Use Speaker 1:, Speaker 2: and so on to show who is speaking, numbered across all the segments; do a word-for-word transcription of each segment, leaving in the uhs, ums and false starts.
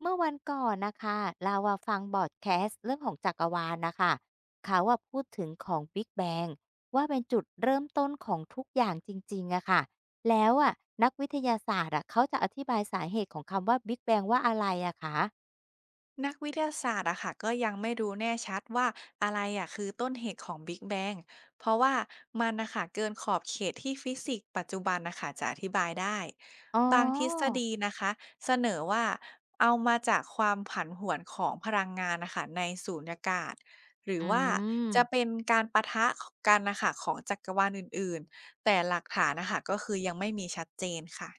Speaker 1: เมื่อวันก่อนนะคะเราว่าฟังบอดแคสต์เรื่องของจักรวาลนะคะเขาว่าพูดถึงของ Big Bang ว่าเป็นจุดเริ่มต้นของทุกอย่างจริงๆอะค่ะแล้วอะนักวิทยาศาสตร์อะเขาจะอธิบายสาเหตุของคำว่า Big Bang ว่าอะไรอะคะ
Speaker 2: นักวิทยาศาสตร์อะค่ะก็ยังไม่รู้แน่ชัดว่าอะไรอะคือต้นเหตุของบิ๊กแบงเพราะว่ามันนะคะเกินขอบเขตที่ฟิสิกส์ปัจจุบันนะคะจะอธิบายได้
Speaker 1: อ๋
Speaker 2: บางทฤษ
Speaker 1: อ
Speaker 2: ฎีนะคะเสนอว่าเอามาจากความผันผวนของพลังงานนะคะในสูญญากาศหรือ
Speaker 1: อื
Speaker 2: ว่า
Speaker 1: ม
Speaker 2: จะเป็นการปะทะกันนะคะของจักรวาลอื่นๆแต่หลักฐานนะคะก็คือยังไม่มีชัดเจนค่ะ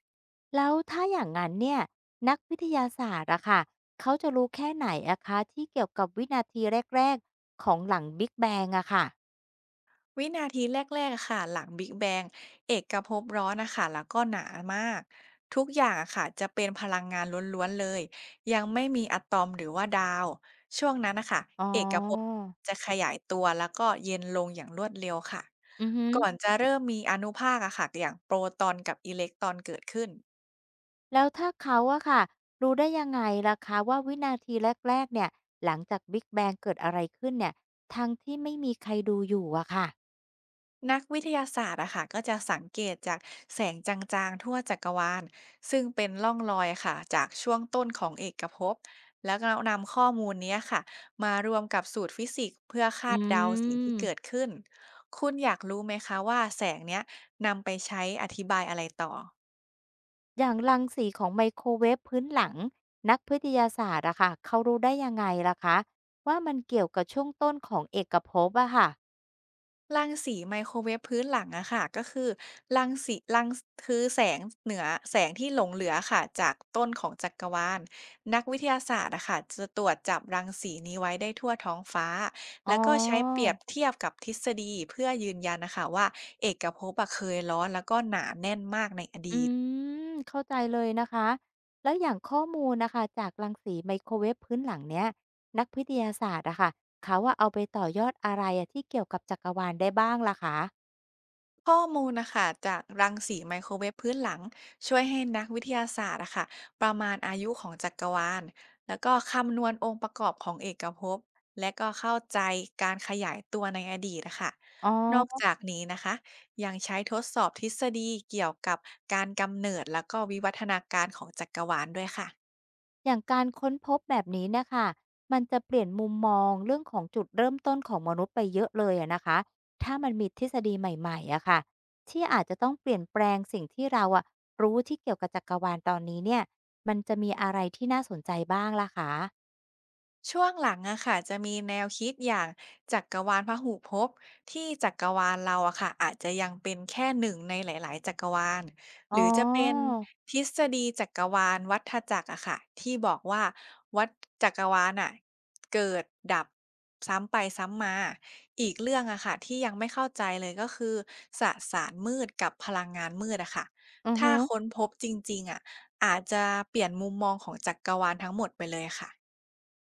Speaker 1: แล้วถ้าอย่างนั้นเนี่ยนักวิทยาศาสตร์อะค่ะเขาจะรู้แค่ไหนอะคะที่เกี่ยวกับวินาทีแรกๆของหลัง Big Bang อะค่ะ
Speaker 2: วินาทีแรกๆอะค่ะหลัง Big Bang เอกภพร้อนนะค่ะแล้วก็หนามากทุกอย่างอะค่ะจะเป็นพลังงานล้วนๆเลยยังไม่มีอะตอมหรือว่าดาวช่วงนั้นน่ะค่ะ
Speaker 1: อ๋อ
Speaker 2: เอกภพจะขยายตัวแล้วก็เย็นลงอย่างรวดเร็วค่ะ
Speaker 1: อือฮึ
Speaker 2: ก่อนจะเริ่มมีอานุภาคอะค่ะอย่างโปรตอนกับอิเล็กตรอนเกิดขึ้น
Speaker 1: แล้วถ้าเขาอะค่ะรู้ได้ยังไงล่ะคะว่าวินาทีแรกๆเนี่ยหลังจากบิ๊กแบงเกิดอะไรขึ้นเนี่ยทั้งที่ไม่มีใครดูอยู่อะค่ะ
Speaker 2: นักวิทยาศาสตร์อะค่ะก็จะสังเกตจากแสงจางๆทั่วจักรวาลซึ่งเป็นร่องรอยค่ะจากช่วงต้นของเอกภพแล้วก็นำข้อมูลเนี้ยค่ะมารวมกับสูตรฟิสิกส์เพื่อคา
Speaker 1: อื
Speaker 2: ดเดาสิ่งที่เกิด
Speaker 1: ม
Speaker 2: ขึ้นคุณอยากรู้ไหมคะว่าแสงเนี้ยนำไปใช้อธิบายอะไรต่อ
Speaker 1: อย่างรังสีของไมโครเวฟพื้นหลังนักวิทยาศาสตร์อะค่ะเขารู้ได้ยังไงล่ะคะว่ามันเกี่ยวกับช่วงต้นของเอกภพอะค่ะ
Speaker 2: รังสีไมโครเวฟพื้นหลังอะค่ะก็คือรังสีรังคือแสงเหนือแสงที่หลงเหลือค่ะจากต้นของจักรวาลนักวิทยาศาสตร์อะค่ะจะตรวจจับรังสีนี้ไว้ได้ทั่วท้องฟ้า
Speaker 1: อ๋อ
Speaker 2: แล้วก็ใช้เปรียบเทียบกับทฤษฎีเพื่อยืนยันนะค่ะว่าเอกภพอะเคยร้อนแล้วก็หนาแน่นมากในอ
Speaker 1: อื
Speaker 2: ดีต
Speaker 1: มเข้าใจเลยนะคะแล้วอย่างข้อมูลนะคะจากรังสีไมโครเวฟพื้นหลังเนี้ยนักวิทยาศาสตร์อะค่ะเขาว่าเอาไปต่อยอดอะไรอะที่เกี่ยวกับจักรวาลได้บ้างล่ะคะ
Speaker 2: ข้อมูลนะคะจากรังสีไมโครเวฟพื้นหลังช่วยให้นักวิทยาศาสตร์อะค่ะประมาณอายุของจักรวาลแล้วก็คำนวณองค์ประกอบของเอกภพและก็เข้าใจการขยายตัวในอดีตนะคะ
Speaker 1: อ๋
Speaker 2: นอก
Speaker 1: อ
Speaker 2: จากนี้นะคะยังใช้ทดสอบทฤษฎีเกี่ยวกับการกำเนิดแล้วก็วิวัฒนาการของจักรวาลด้วยค่ะ
Speaker 1: อย่างการค้นพบแบบนี้นะคะมันจะเปลี่ยนมุมมองเรื่องของจุดเริ่มต้นของมนุษย์ไปเยอะเลยอะนะคะถ้ามันมีทฤษฎีใหม่ๆอะค่ะที่อาจจะต้องเปลี่ยนแปลงสิ่งที่เราอะรู้ที่เกี่ยวกับจักรวาลตอนนี้เนี่ยมันจะมีอะไรที่น่าสนใจบ้างล่ะคะ
Speaker 2: ช่วงหลังอะค่ะจะมีแนวคิดอย่างจักรวาลพหุภพที่จักรวาลเราอะค่ะอาจจะยังเป็นแค่หนึ่งในหลายๆจักรวาลห
Speaker 1: อ๋อ
Speaker 2: รือจะเป็นทฤษฎีจักรวาลวัฏจักรอะค่ะที่บอกว่าวัฏจักรวาลอะเกิดดับซ้ำไปซ้ำมาอีกเรื่องอะค่ะที่ยังไม่เข้าใจเลยก็คือสสารมืดกับพลังงานมืดอะค่ะ
Speaker 1: อือ
Speaker 2: ถ้า
Speaker 1: ฮึ
Speaker 2: ค้นพบจริงๆอะอาจจะเปลี่ยนมุมมองของจักรวาลทั้งหมดไปเลยค่ะ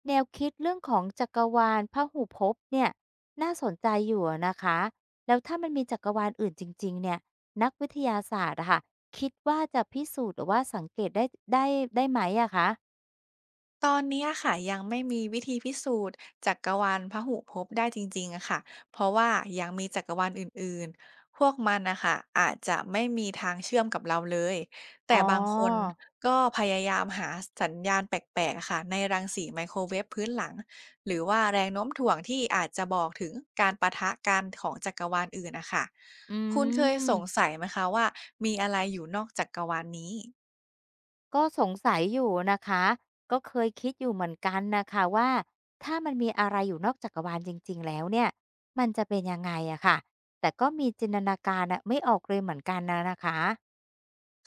Speaker 1: แนวคิดเรื่องของจักรวาลพหุภพเนี่ยน่าสนใจอยู่อะนะคะแล้วถ้ามันมีจักรวาลอื่นจริงๆเนี่ยนักวิทยาศาสตร์อะค่ะคิดว่าจะพิสูจน์หรือว่าสังเกตได้ได้ได้ไหมอะคะ
Speaker 2: ตอนเนี้ยค่ะยังไม่มีวิธีพิสูจน์จักรวาลพหุภพได้จริงๆอะค่ะเพราะว่ายังมีจักรวาลอื่นๆพวกมันนะคะอาจจะไม่มีทางเชื่อมกับเราเลย
Speaker 1: อ๋
Speaker 2: แต่
Speaker 1: อ
Speaker 2: บางคนก็พยายามหาสัญญาณแปลกๆอะค่ะในรังสีไมโครเวฟพื้นหลังหรือว่าแรงโน้มถ่วงที่อาจจะบอกถึงการปะทะกันของจักรวาลอื่นนะคะ
Speaker 1: อื
Speaker 2: คุณเคยสง
Speaker 1: ม
Speaker 2: สัยไหมคะว่ามีอะไรอยู่นอกจักรวาลนี้
Speaker 1: ก็สงสัยอยู่นะคะก็เคยคิดอยู่เหมือนกันนะคะว่าถ้ามันมีอะไรอยู่นอกจักรวาลจริงๆแล้วเนี่ยมันจะเป็นยังไงอะค่ะแต่ก็มีจินตนาการอะไม่ออกเลยเหมือนกันนะนะคะ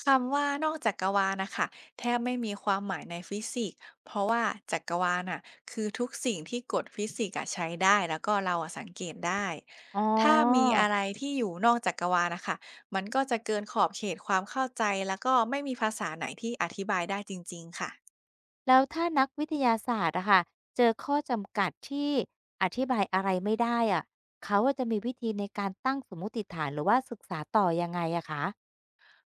Speaker 2: คำว่านอกจักรวาลนะคะแทบไม่มีความหมายในฟิสิกส์เพราะว่าจักรวาลน่ะคือทุกสิ่งที่กฎฟิสิกส์อะใช้ได้แล้วก็เราอะสังเกตได้
Speaker 1: อ๋อ
Speaker 2: ถ้ามีอะไรที่อยู่นอกจักรวาลนะคะมันก็จะเกินขอบเขตความเข้าใจแล้วก็ไม่มีภาษาไหนที่อธิบายได้จริงๆค่ะ
Speaker 1: แล้วถ้านักวิทยาศาสตร์อะค่ะเจอข้อจำกัดที่อธิบายอะไรไม่ได้อะเขาอะจะมีวิธีในการตั้งสมมุติฐานหรือว่าศึกษาต่อยังไงอะคะ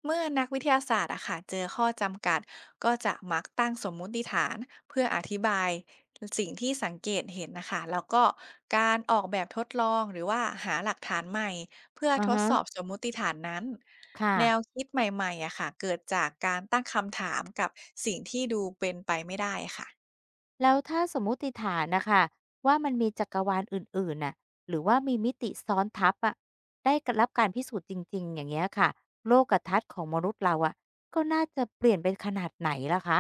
Speaker 2: เมื่อนักวิทยาศาสตร์อะค่ะเจอข้อจำกัดก็จะมักตั้งสมมุติฐานเพื่ออธิบายสิ่งที่สังเกตเห็นนะคะแล้วก็การออกแบบทดลองหรือว่าหาหลักฐานใหม่เพื่อ
Speaker 1: อือ
Speaker 2: ทด
Speaker 1: ฮะ
Speaker 2: สอบสมมุติฐานนั้นแนว
Speaker 1: ค่ะ
Speaker 2: คิดใหม่ๆอะค่ะเกิดจากการตั้งคำถามกับสิ่งที่ดูเป็นไปไม่ได้ค่ะ
Speaker 1: แล้วถ้าสมมุติฐานนะคะว่ามันมีจักรวาลอื่นๆน่ะหรือว่ามีมิติซ้อนทับอะได้รับการพิสูจน์จริงๆอย่างเงี้ยค่ะโลกทัศน์ของมนุษย์เราอะก็น่าจะเปลี่ยนเป็นขนาดไหนล่ะคะ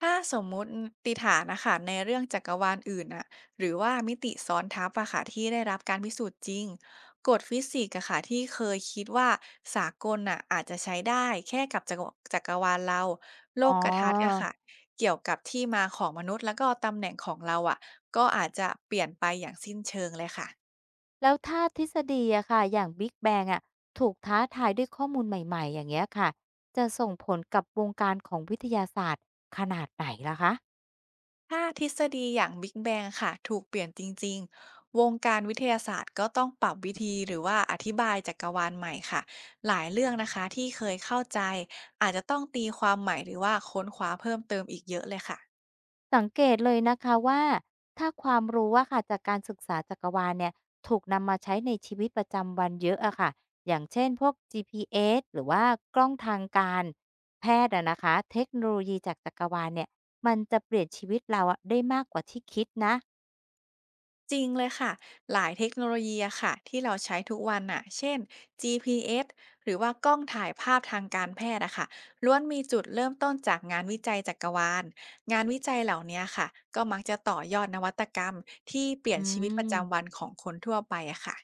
Speaker 2: ถ้าสมมุติติฐานนะคะในเรื่องจักรวาลอื่นน่ะหรือว่ามิติซ้อนทับอะค่ะที่ได้รับการพิสูจน์จริงกฎฟิสิกส์อะค่ะที่เคยคิดว่าสากลน่ะอาจจะใช้ได้แค่กับจักรวจักรวาลเราโล
Speaker 1: อ๋
Speaker 2: กทัศน์อะ
Speaker 1: อ
Speaker 2: ค่ะเกี่ยวกับที่มาของมนุษย์แล้วก็ตำแหน่งของเราอะก็อาจจะเปลี่ยนไปอย่างสิ้นเชิงเลยค่ะ
Speaker 1: แล้วถ้าทฤษฎีอะค่ะอย่าง Big Bang อะถูกท้าทายด้วยข้อมูลใหม่ๆอย่างเงี้ยค่ะจะส่งผลกับวงการของวิทยาศาสตร์ขนาดไหนล่ะคะ
Speaker 2: ถ้าทฤษฎีอย่าง Big Bang ค่ะถูกเปลี่ยนจริงๆ วงการวิทยาศาสตร์ก็ต้องปรับวิธีหรือว่าอธิบายจักรวาลใหม่ค่ะหลายเรื่องนะคะที่เคยเข้าใจอาจจะต้องตีความใหม่หรือว่าค้นคว้าเพิ่มเติมอีกเยอะเลยค่ะ
Speaker 1: สังเกตเลยนะคะว่าถ้าความรู้ว่าค่ะจากการศึกษาจักรวาลเนี่ยถูกนำมาใช้ในชีวิตประจำวันเยอะอะค่ะอย่างเช่นพวก จี พี เอส หรือว่ากล้องทางการแพทย์อะนะคะเทคโนโลยีจากจักรวาลเนี่ยมันจะเปลี่ยนชีวิตเราอะได้มากกว่าที่คิดนะ
Speaker 2: จริงเลยค่ะหลายเทคโนโลยีอะค่ะที่เราใช้ทุกวันน่ะเช่น จี พี เอส หรือว่ากล้องถ่ายภาพทางการแพทย์อะค่ะล้วนมีจุดเริ่มต้นจากงานวิจัยจักรวาลงานวิจัยเหล่านี้ค่ะก็มักจะต่อยอดนวัตกรรมที่เปลี่ย
Speaker 1: อื
Speaker 2: นชีวิตประจำ
Speaker 1: ม
Speaker 2: วันของคนทั่วไปอะค่ะ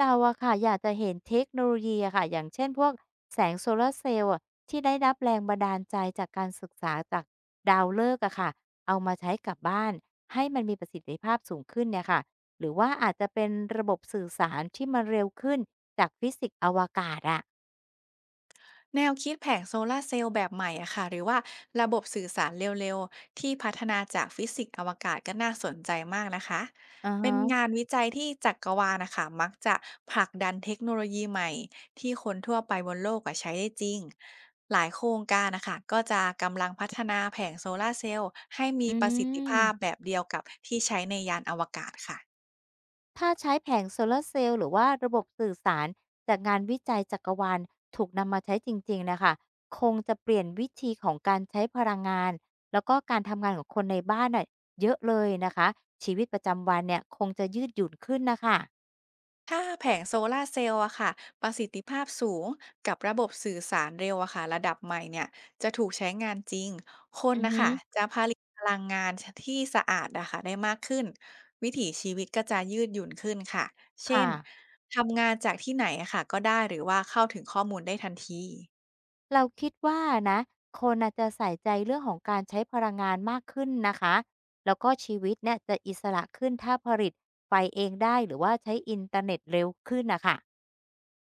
Speaker 1: เราอะค่ะอยากจะเห็นเทคโนโลยีอะค่ะอย่างเช่นพวกแสงโซลาร์เซลล์อะที่ได้รับแรงบันดาลใจจากการศึกษาจากดาวฤกษ์อะค่ะเอามาใช้กับบ้านให้มันมีประสิทธิภาพสูงขึ้นเนี่ยค่ะหรือว่าอาจจะเป็นระบบสื่อสารที่มันเร็วขึ้นจากฟิสิกส์อวกาศอะ
Speaker 2: แนวคิดแผงโซลาร์เซลล์แบบใหม่อะค่ะหรือว่าระบบสื่อสารเร็วๆที่พัฒนาจากฟิสิกส์อวกาศก็น่าสนใจมากนะคะ
Speaker 1: อะ
Speaker 2: เป็
Speaker 1: ฮะ
Speaker 2: นงานวิจัยที่จักรวาลนะคะมักจะผลักดันเทคโนโลยีใหม่ที่คนทั่วไปบนโลกอะใช้ได้จริงหลายโครงการนะคะก็จะกำลังพัฒนาแผงโซลาร์เซลล์ให้มี
Speaker 1: อื
Speaker 2: ประสิทธิภาพ
Speaker 1: ม
Speaker 2: แบบเดียวกับที่ใช้ในยานอวกาศค่ะ
Speaker 1: ถ้าใช้แผงโซลาร์เซลล์หรือว่าระบบสื่อสารจากงานวิจัยจักรวาลถูกนำมาใช้จริงๆนะคะคงจะเปลี่ยนวิธีของการใช้พลังงานแล้วก็การทำงานของคนในบ้านน่ะเยอะเลยนะคะชีวิตประจำวันเนี่ยคงจะยืดหยุ่นขึ้นนะคะ
Speaker 2: ถ้าแผงโซลาร์เซลล์อะค่ะประสิทธิภาพสูงกับระบบสื่อสารเร็วอะค่ะระดับใหม่เนี่ยจะถูกใช้งานจริงคน
Speaker 1: อือ
Speaker 2: นะ
Speaker 1: ฮึ
Speaker 2: คะจะผลิตพลังงานที่สะอาดอะค่ะได้มากขึ้นวิถีชีวิตก็จะยืดหยุ่นขึ้นค่ะเช่
Speaker 1: ค่ะ
Speaker 2: นทำงานจากที่ไหนอะค่ะก็ได้หรือว่าเข้าถึงข้อมูลได้ทันที
Speaker 1: เราคิดว่านะคนอาจจะใส่ใจเรื่องของการใช้พลังงานมากขึ้นนะคะแล้วก็ชีวิตเนี่ยจะอิสระขึ้นถ้าผลิตไฟเองได้หรือว่าใช้อินเทอร์เน็ตเร็วขึ้นนะคะ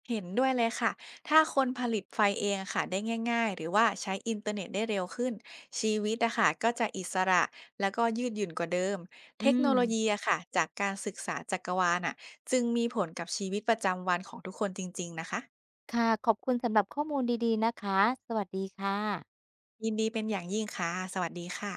Speaker 2: เห็นด้วยเลยค่ะ ถ้าคนผลิตไฟเองอะค่ะได้ง่ายๆหรือว่าใช้อินเทอร์เน็ตได้เร็วขึ้นชีวิตอะค่ะก็จะอิสระแล้วก็ยืดหยุ่นกว่าเดิม
Speaker 1: อื
Speaker 2: เทคโนโล
Speaker 1: ม
Speaker 2: ยีอะค่ะจากการศึกษาจักรวาลอะจึงมีผลกับชีวิตประจำวันของทุกคนจริงๆนะคะ
Speaker 1: ค่ะขอบคุณสำหรับข้อมูลดีๆนะคะสวัสดีค่ะ
Speaker 2: ยินดีเป็นอย่างยิ่งค่ะสวัสดีค่ะ